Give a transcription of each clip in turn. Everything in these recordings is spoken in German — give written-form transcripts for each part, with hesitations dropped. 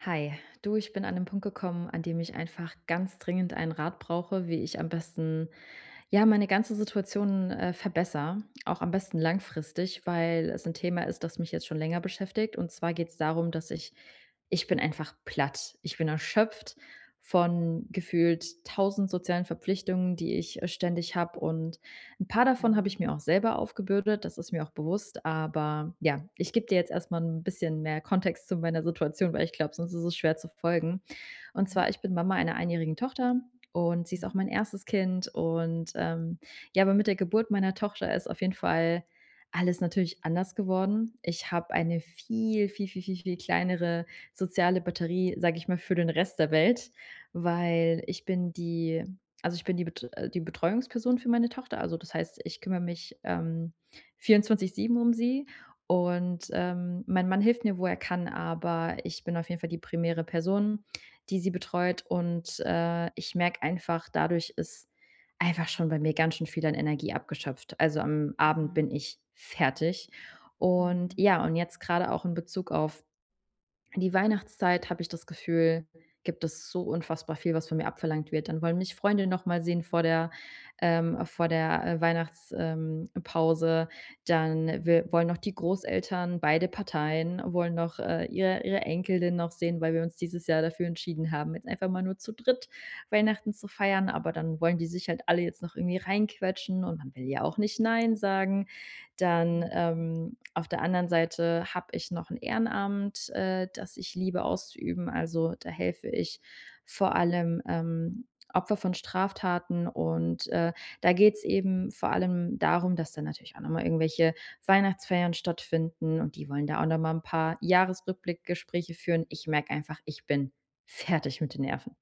Hi, du, ich bin an 'nem Punkt gekommen, an dem ich einfach ganz dringend einen Rat brauche, wie ich am besten, ja, meine ganze Situation, verbessere, auch am besten langfristig, weil es ein Thema ist, das mich jetzt schon länger beschäftigt. Und zwar geht es darum, dass ich bin einfach platt. Ich bin erschöpft von gefühlt tausend sozialen Verpflichtungen, die ich, ständig habe, und ein paar davon habe ich Mhm. mir auch selber aufgebürdet, das ist mir auch bewusst, aber ja, ich gebe dir jetzt erstmal ein bisschen mehr Kontext zu meiner Situation, weil ich glaube, sonst ist es schwer zu folgen. Und Mhm. zwar, ich bin Mama einer einjährigen Tochter, und sie ist auch Mhm. mein erstes Kind, und ja, aber mit der Geburt meiner Tochter ist auf jeden Fall alles natürlich anders geworden. Ich habe eine viel, viel, viel, viel, viel kleinere soziale Batterie, sage ich mal, für den Rest der Welt, weil ich bin die also, ich bin die Bet die Betreuungsperson für meine Tochter. Also, das heißt, ich kümmere mich, 24/7 um sie, und, mein Mann hilft mir, wo er kann, aber ich bin auf jeden Fall die primäre Person, die sie betreut, und, ich merke einfach, dadurch ist einfach schon bei mir ganz schön viel an Energie abgeschöpft. Also, am Abend bin Mhm. ich fertig, und Mhm. ja, und jetzt gerade auch in Bezug auf die Weihnachtszeit habe ich das Gefühl, gibt es so unfassbar viel, was von mir abverlangt wird. Dann wollen mich Freunde noch mal sehen vor der Weihnachts Pause. Dann will Mhm. wollen noch die Großeltern, beide Parteien wollen noch, ihre Enkelin noch sehen, weil wir uns dieses Jahr dafür entschieden haben, jetzt einfach mal nur zu dritt Weihnachten zu feiern, aber dann wollen die sich halt alle jetzt noch irgendwie reinquetschen, und man will ja auch nicht nein sagen. Dann, Mhm. Auf der anderen Seite habe ich noch ein Ehrenamt, das ich liebe auszuüben. Also, da helfe ich vor allem, Opfer von Straftaten, und, da geht's eben vor allem darum, dass dann natürlich auch noch mal irgendwelche Weihnachtsfeiern stattfinden, und die wollen da auch noch mal 'n paar Jahresrückblickgespräche führen. Ich merke einfach, ich bin fertig mit den Nerven.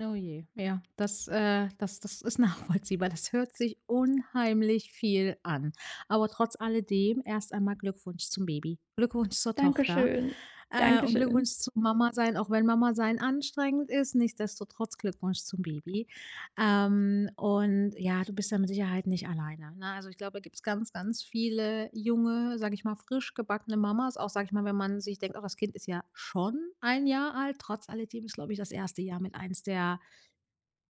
Oh je, ja, das ist nachvollziehbar. Das hört sich unheimlich viel an. Aber trotz alledem erst einmal Glückwunsch zum Baby, Glückwunsch zur Tochter Dankeschön, und Glückwunsch Dankeschön. zu Mama sein, auch wenn Mama sein anstrengend ist. Nichtsdestotrotz Glückwunsch zum Baby. Und ja, du bist da mit Sicherheit nicht alleine, ne? Also, ich glaube, da gibt's ganz, ganz viele junge, sage ich mal, frisch gebackene Mamas, auch, sage ich mal, wenn man sich denkt: „Oh, das Kind ist ja schon 1 Jahr alt." Trotz alledem ist, glaube ich, das erste Jahr mit eins der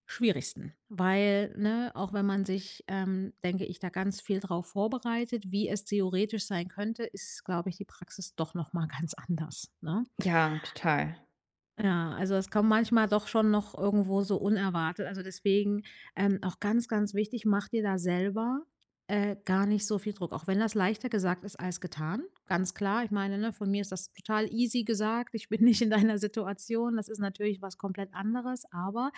schwierigsten, weil, ne, auch wenn man sich, denke ich, da ganz viel drauf vorbereitet, wie es theoretisch sein könnte, ist, glaube ich, die Praxis doch noch mal ganz anders, ne? Ja, total. Ja, also es kommt manchmal doch schon noch irgendwo so unerwartet. Also deswegen auch ganz, ganz wichtig, mach dir da selber gar nicht so viel Druck. Auch wenn das leichter gesagt ist als getan, ganz klar. Ich meine, ne, von mir ist das total easy gesagt. Ich bin nicht in deiner Situation. Das ist natürlich was komplett anderes, aber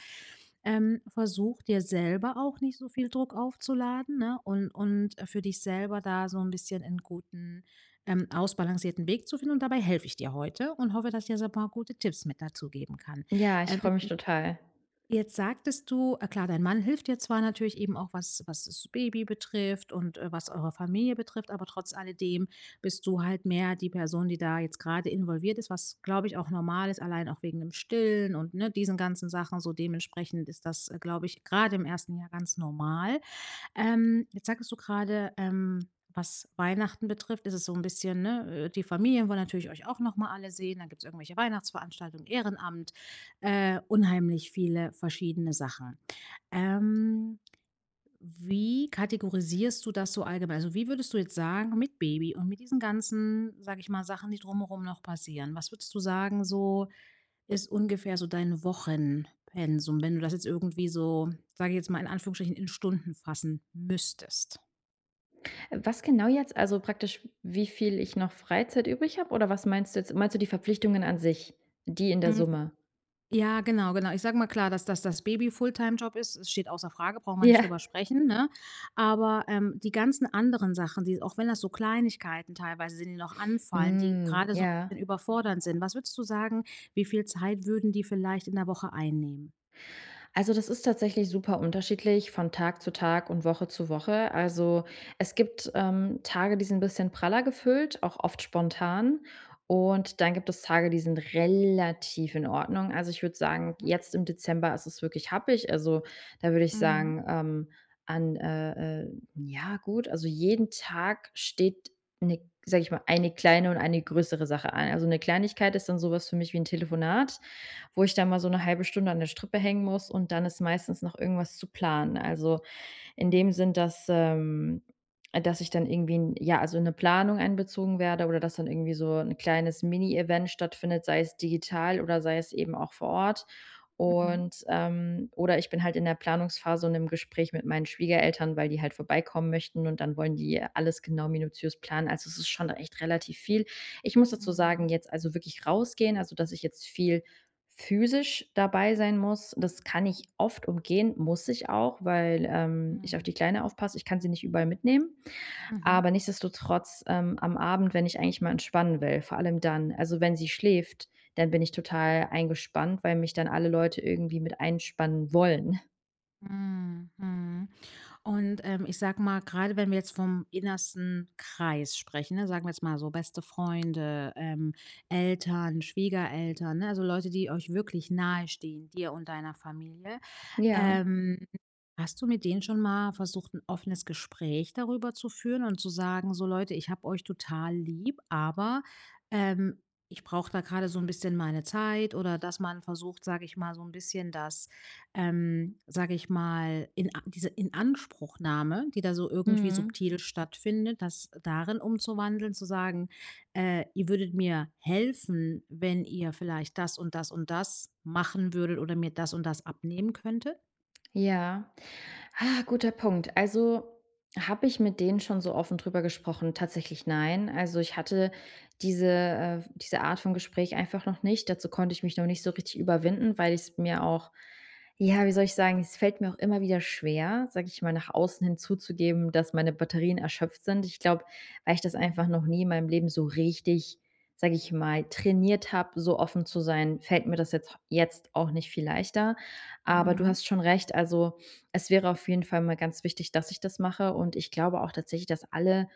versuch dir selber auch nicht so viel Druck aufzuladen, ne? Und für dich selber da so ein bisschen in guten ausbalancierten Weg zu finden und dabei helfe ich dir heute und hoffe, dass ich dir so ein paar gute Tipps mit dazu geben kann. Ja, ich Ähm, freue mich total. Jetzt sagtest du, klar, dein Mann hilft dir zwar natürlich eben auch, was das Baby betrifft und, was eure Familie betrifft, aber trotz alledem bist du halt mehr die Person, die da jetzt gerade involviert ist, was, glaube ich, auch normal ist, allein auch wegen dem Stillen und, ne, diesen ganzen Sachen. So dementsprechend ist das, glaube ich, gerade im ersten Jahr ganz normal. Jetzt sagtest du gerade, was Weihnachten betrifft, ist es so ein bisschen, ne, die Familien wollen natürlich euch auch noch mal alle sehen, dann gibt es irgendwelche Weihnachtsveranstaltungen, Ehrenamt, unheimlich viele verschiedene Sachen. Ähm, Wie kategorisierst du das so allgemein? Also, wie würdest du jetzt sagen, mit Baby und mit diesen ganzen, sage ich mal, Sachen, die drumherum noch passieren, was würdest du sagen, so ist ungefähr so dein Wochenpensum, wenn du das jetzt irgendwie so, sage ich jetzt mal in Anführungsstrichen, in Stunden fassen müsstest? Was genau jetzt? Also praktisch, wie viel ich noch Freizeit übrig habe, oder was meinst du jetzt? Meinst du die Verpflichtungen an sich, die in der Hm, Summe? ja, genau, genau. Ich sage mal klar, dass das Baby Fulltime-Job ist, es steht außer Frage, brauchen wir nicht Ja. drüber sprechen, ne? Aber, die ganzen anderen Sachen, die auch wenn das so Kleinigkeiten teilweise sind, die noch anfallen, die Hm, gerade so ein ja. bisschen überfordernd sind. Was würdest du sagen, wie viel Zeit würden die vielleicht in der Woche einnehmen? Also, das ist tatsächlich super unterschiedlich von Tag zu Tag und Woche zu Woche. Also, es gibt, Tage, die sind ein bisschen praller gefüllt, auch oft spontan. Und dann gibt es Tage, die sind relativ in Ordnung. Also, ich würde sagen, Mhm. jetzt im Dezember ist es wirklich happig. Also, da würde ich Mhm. sagen, ja gut, also jeden Tag steht 'ne sage ich mal, eine kleine und eine größere Sache an. Also, eine Kleinigkeit ist dann sowas für mich wie ein Telefonat, wo ich dann mal so eine halbe Stunde an der Strippe hängen muss, und dann ist meistens noch irgendwas zu planen. Also, in dem Sinn, Mhm. Dass ich dann irgendwie 'n ja, also, in 'ne Planung einbezogen werde, oder dass dann irgendwie so ein kleines Mini-Event stattfindet, sei es digital oder sei es eben auch vor Ort. Mhm. Und, oder ich bin halt in der Planungsphase und im Gespräch mit meinen Schwiegereltern, weil die halt vorbeikommen möchten, und dann wollen die alles genau minutiös planen. Also, es ist schon echt relativ viel. Ich muss dazu sagen, Mhm. jetzt also wirklich rausgehen, also, dass ich jetzt viel physisch dabei sein muss. Das kann ich oft umgehen, muss ich auch, weil, ich auf die Mhm. Kleine aufpasse. Ich kann sie nicht überall mitnehmen, Mhm. aber nichtsdestotrotz, am Abend, wenn ich eigentlich mal entspannen will, vor allem dann also, wenn sie schläft, dann bin ich total eingespannt, weil mich dann alle Leute irgendwie mit einspannen wollen. Mhm, mhm. Und, ich sage mal, gerade wenn wir jetzt vom innersten Kreis sprechen, ne, sagen wir jetzt mal so beste Freunde, Eltern, Schwiegereltern, ne, also Leute, die euch wirklich nahestehen, dir und deiner Familie. Ja, Ähm, Hast du mit denen schon mal versucht, ein offenes Gespräch darüber zu führen und zu sagen: „So Leute, ich habe euch total lieb, aber, ähm, ich brauche da gerade so ein bisschen meine Zeit." Oder dass man versucht, sage ich mal, so ein bisschen das, sage ich mal, in a diese Inanspruchnahme, die da so irgendwie mhm, subtil stattfindet, das darin umzuwandeln, zu sagen: Ihr würdet mir helfen, wenn ihr vielleicht das und das und das machen würdet oder mir das und das abnehmen könntet?" ja. Ah, guter Punkt. Also, habe ich mit denen schon so offen drüber gesprochen? Tatsächlich nein. Also, ich hatte diese Art von Gespräch einfach noch nicht. Dazu konnte ich mich noch nicht so richtig überwinden, weil ich es mir auch ja, wie soll ich sagen, es fällt mir auch immer wieder schwer, sage ich mal, nach außen hin zuzugeben, dass meine Batterien erschöpft sind. Ich glaube, weil ich das einfach Mhm. noch nie in meinem Leben so richtig, sage ich mal, trainiert habe, so offen zu sein, fällt mir das jetzt auch nicht viel leichter. Aber du Mhm. hast schon recht, also es wäre auf jeden Fall mal ganz wichtig, dass ich das mache, und ich glaube auch tatsächlich, dass alle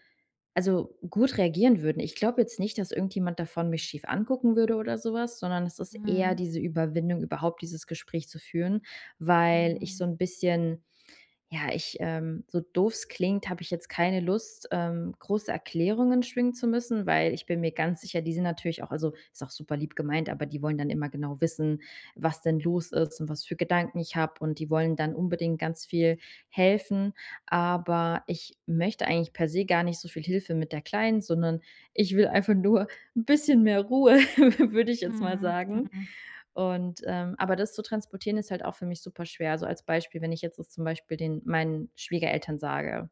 also, gut reagieren würden. Ich glaube jetzt nicht, dass irgendjemand davon mich schief angucken würde oder sowas, sondern es ist eher Mhm. diese Überwindung, überhaupt dieses Gespräch zu führen, weil ich so Mhm. ein bisschen ja, ich, so doof es klingt, habe ich jetzt keine Lust, große Erklärungen schwingen zu müssen, weil ich bin mir ganz sicher, die sind natürlich auch also, ist auch super lieb gemeint, aber die wollen dann immer genau wissen, was denn los ist und was für Gedanken ich habe, und die wollen dann unbedingt ganz viel helfen. Aber ich möchte eigentlich per se gar nicht so viel Hilfe mit der Kleinen, sondern ich will einfach nur ein bisschen mehr Ruhe, würde ich jetzt mal sagen. Mhm. Und, aber das zu transportieren ist halt auch für mich super schwer. Also als Beispiel, wenn ich jetzt das zum Beispiel den meinen Schwiegereltern sage,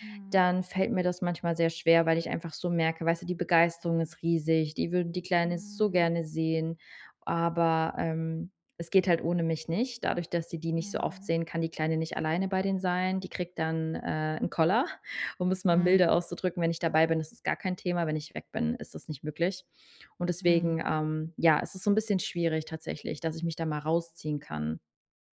Mhm. dann fällt mir das manchmal sehr schwer, weil ich einfach so merke, weißt du, die Begeisterung ist riesig, die würden die Kleine so Mhm. gerne sehen, aber, es geht halt ohne mich nicht. Dadurch, dass sie die nicht so Mhm. oft sehen, kann die Kleine nicht alleine bei denen sein. Die kriegt dann, 'n Koller, um es mal milde Mhm. auszudrücken. Wenn ich dabei bin, ist es gar kein Thema, wenn ich weg bin, ist das nicht möglich. Und deswegen, Mhm. Ja, es ist so ein bisschen schwierig tatsächlich, dass ich mich da mal rausziehen kann.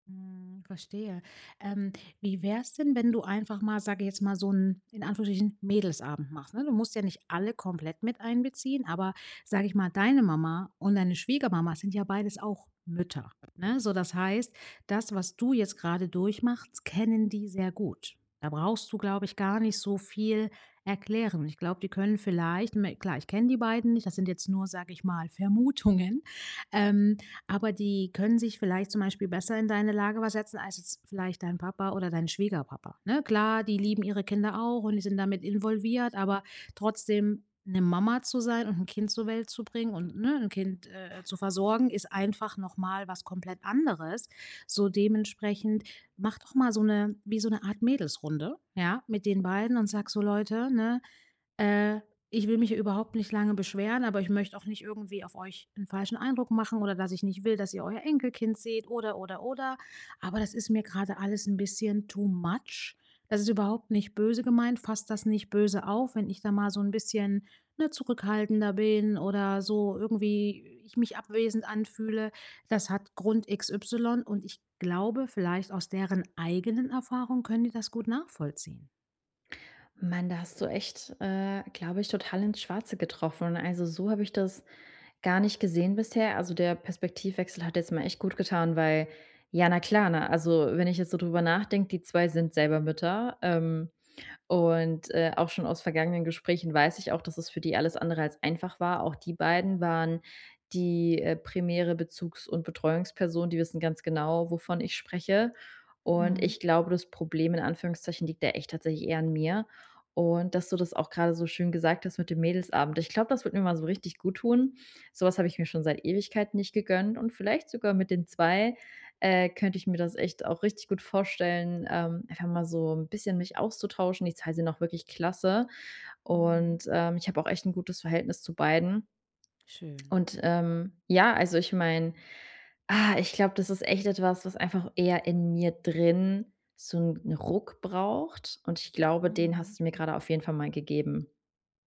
Hm, verstehe. Ähm, Wie wär's denn, wenn du einfach mal, sage ich jetzt mal, so einen in Anführungsstrichen, Mädelsabend machst, ne? Du musst ja nicht alle komplett mit einbeziehen, aber sage ich mal, deine Mama und deine Schwiegermama sind ja beides auch Mütter, ne? So, das heißt, das, was du jetzt gerade durchmachst, kennen die sehr gut. Da brauchst du, glaube ich, gar nicht so viel erklären. Ich glaube, die können vielleicht klar, ich kenne die beiden nicht, das sind jetzt nur, sage ich mal, Vermutungen, ähm, aber die können sich vielleicht zum Beispiel besser in deine Lage versetzen als jetzt vielleicht dein Papa oder dein Schwiegerpapa. Ne? Klar, die lieben ihre Kinder auch und die sind damit involviert, aber trotzdem eine Mama zu sein und ein Kind zur Welt zu bringen und, ne, ein Kind, zu versorgen, ist einfach nochmal was komplett anderes. So dementsprechend mach doch mal so eine wie so eine Art Mädelsrunde, ja, mit den beiden und sag so: „Leute, ne, äh, ich will mich hier überhaupt nicht lange beschweren, aber ich möchte auch nicht irgendwie auf euch einen falschen Eindruck machen oder dass ich nicht will, dass ihr euer Enkelkind seht oder, oder. Aber das ist mir gerade alles ein bisschen too much. Das ist überhaupt nicht böse gemeint. Fasst das nicht böse auf, wenn ich da mal so ein bisschen, ne, zurückhaltender bin oder so irgendwie ich mich abwesend anfühle. Das hat Grund XY und ich glaube, vielleicht aus deren eigenen Erfahrung können die das gut nachvollziehen. Mann, da hast du echt, glaube ich, total ins Schwarze getroffen. Also, so habe ich das gar nicht gesehen bisher. Also, der Perspektivwechsel hat jetzt mal echt gut getan, weil ja, na klar, ne? Also, wenn ich jetzt so drüber nachdenke, die 2 sind selber Mütter. Und, auch schon aus vergangenen Gesprächen weiß ich auch, dass es für die alles andere als einfach war. Auch die beiden waren die, primäre Bezugs- und Betreuungsperson. Die wissen ganz genau, wovon ich spreche. Und Mhm, ich glaube, das Problem in Anführungszeichen liegt da echt tatsächlich eher an mir. Und dass du das auch gerade so schön gesagt hast mit dem Mädelsabend. Ich glaube, das wird mir mal so richtig gut tun. Sowas habe ich mir schon seit Ewigkeiten nicht gegönnt, und vielleicht sogar mit den 2 könnte ich mir das echt auch richtig gut vorstellen, einfach mal so ein bisschen mich auszutauschen. Die 2 sind auch wirklich klasse, mhm. und, ich habe auch echt ein gutes Verhältnis zu beiden. Schön. Und, ja, also, ich meine, ah, ich glaube, das ist echt etwas, was einfach eher in mir drin so einen Ruck braucht, und ich glaube, den Mhm, hast du mir gerade auf jeden Fall mal gegeben.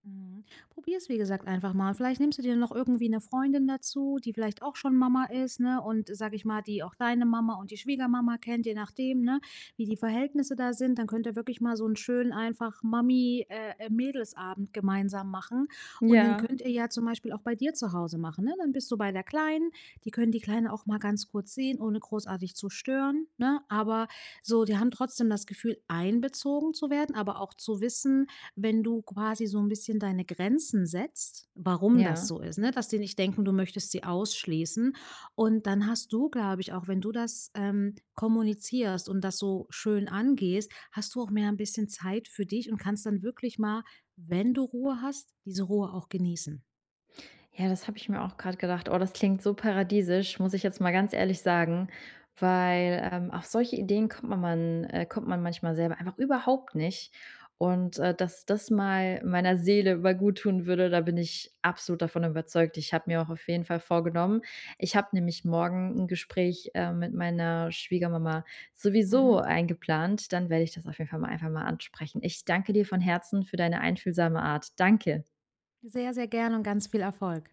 mhm. Probier's, wie gesagt, einfach mal. Vielleicht nimmst du dir noch irgendwie eine Freundin dazu, die vielleicht auch schon Mama ist, ne, und, sage ich mal, die auch deine Mama und die Schwiegermama kennt, je nachdem, ne, wie die Verhältnisse da sind. Dann könnt ihr wirklich mal so einen schönen einfach Mami Mädelsabend gemeinsam machen. Und den Ja, könnt ihr ja zum Beispiel auch bei dir zu Hause machen, ne? Dann bist du bei der Kleinen. Die können die Kleine auch mal ganz kurz sehen, ohne großartig zu stören, ne? Aber so, die haben trotzdem das Gefühl, einbezogen zu werden, aber auch zu wissen wenn du quasi so ein bisschen deine Grenzen setzt, warum das ja. so ist, ne? Dass die nicht denken, du möchtest sie ausschließen. Und dann hast du, glaube ich, auch wenn du das, kommunizierst und das so schön angehst, hast du auch mehr ein bisschen Zeit für dich und kannst dann wirklich mal, wenn du Ruhe hast, diese Ruhe auch genießen. Ja, das habe ich mir auch gerade gedacht. Oh, das klingt so paradiesisch, muss ich jetzt mal ganz ehrlich sagen, weil, auf solche Ideen kommt man manchmal selber einfach überhaupt nicht. Und, dass das mal meiner Seele mal gut tun würde, da bin ich absolut davon überzeugt. Ich habe mir auch auf jeden Fall vorgenommen, ich habe nämlich morgen ein Gespräch, mit meiner Schwiegermama sowieso Mhm. eingeplant. Dann werde ich das auf jeden Fall mal einfach mal ansprechen. Ich danke dir von Herzen für deine einfühlsame Art. Danke. Sehr, sehr gerne und ganz viel Erfolg.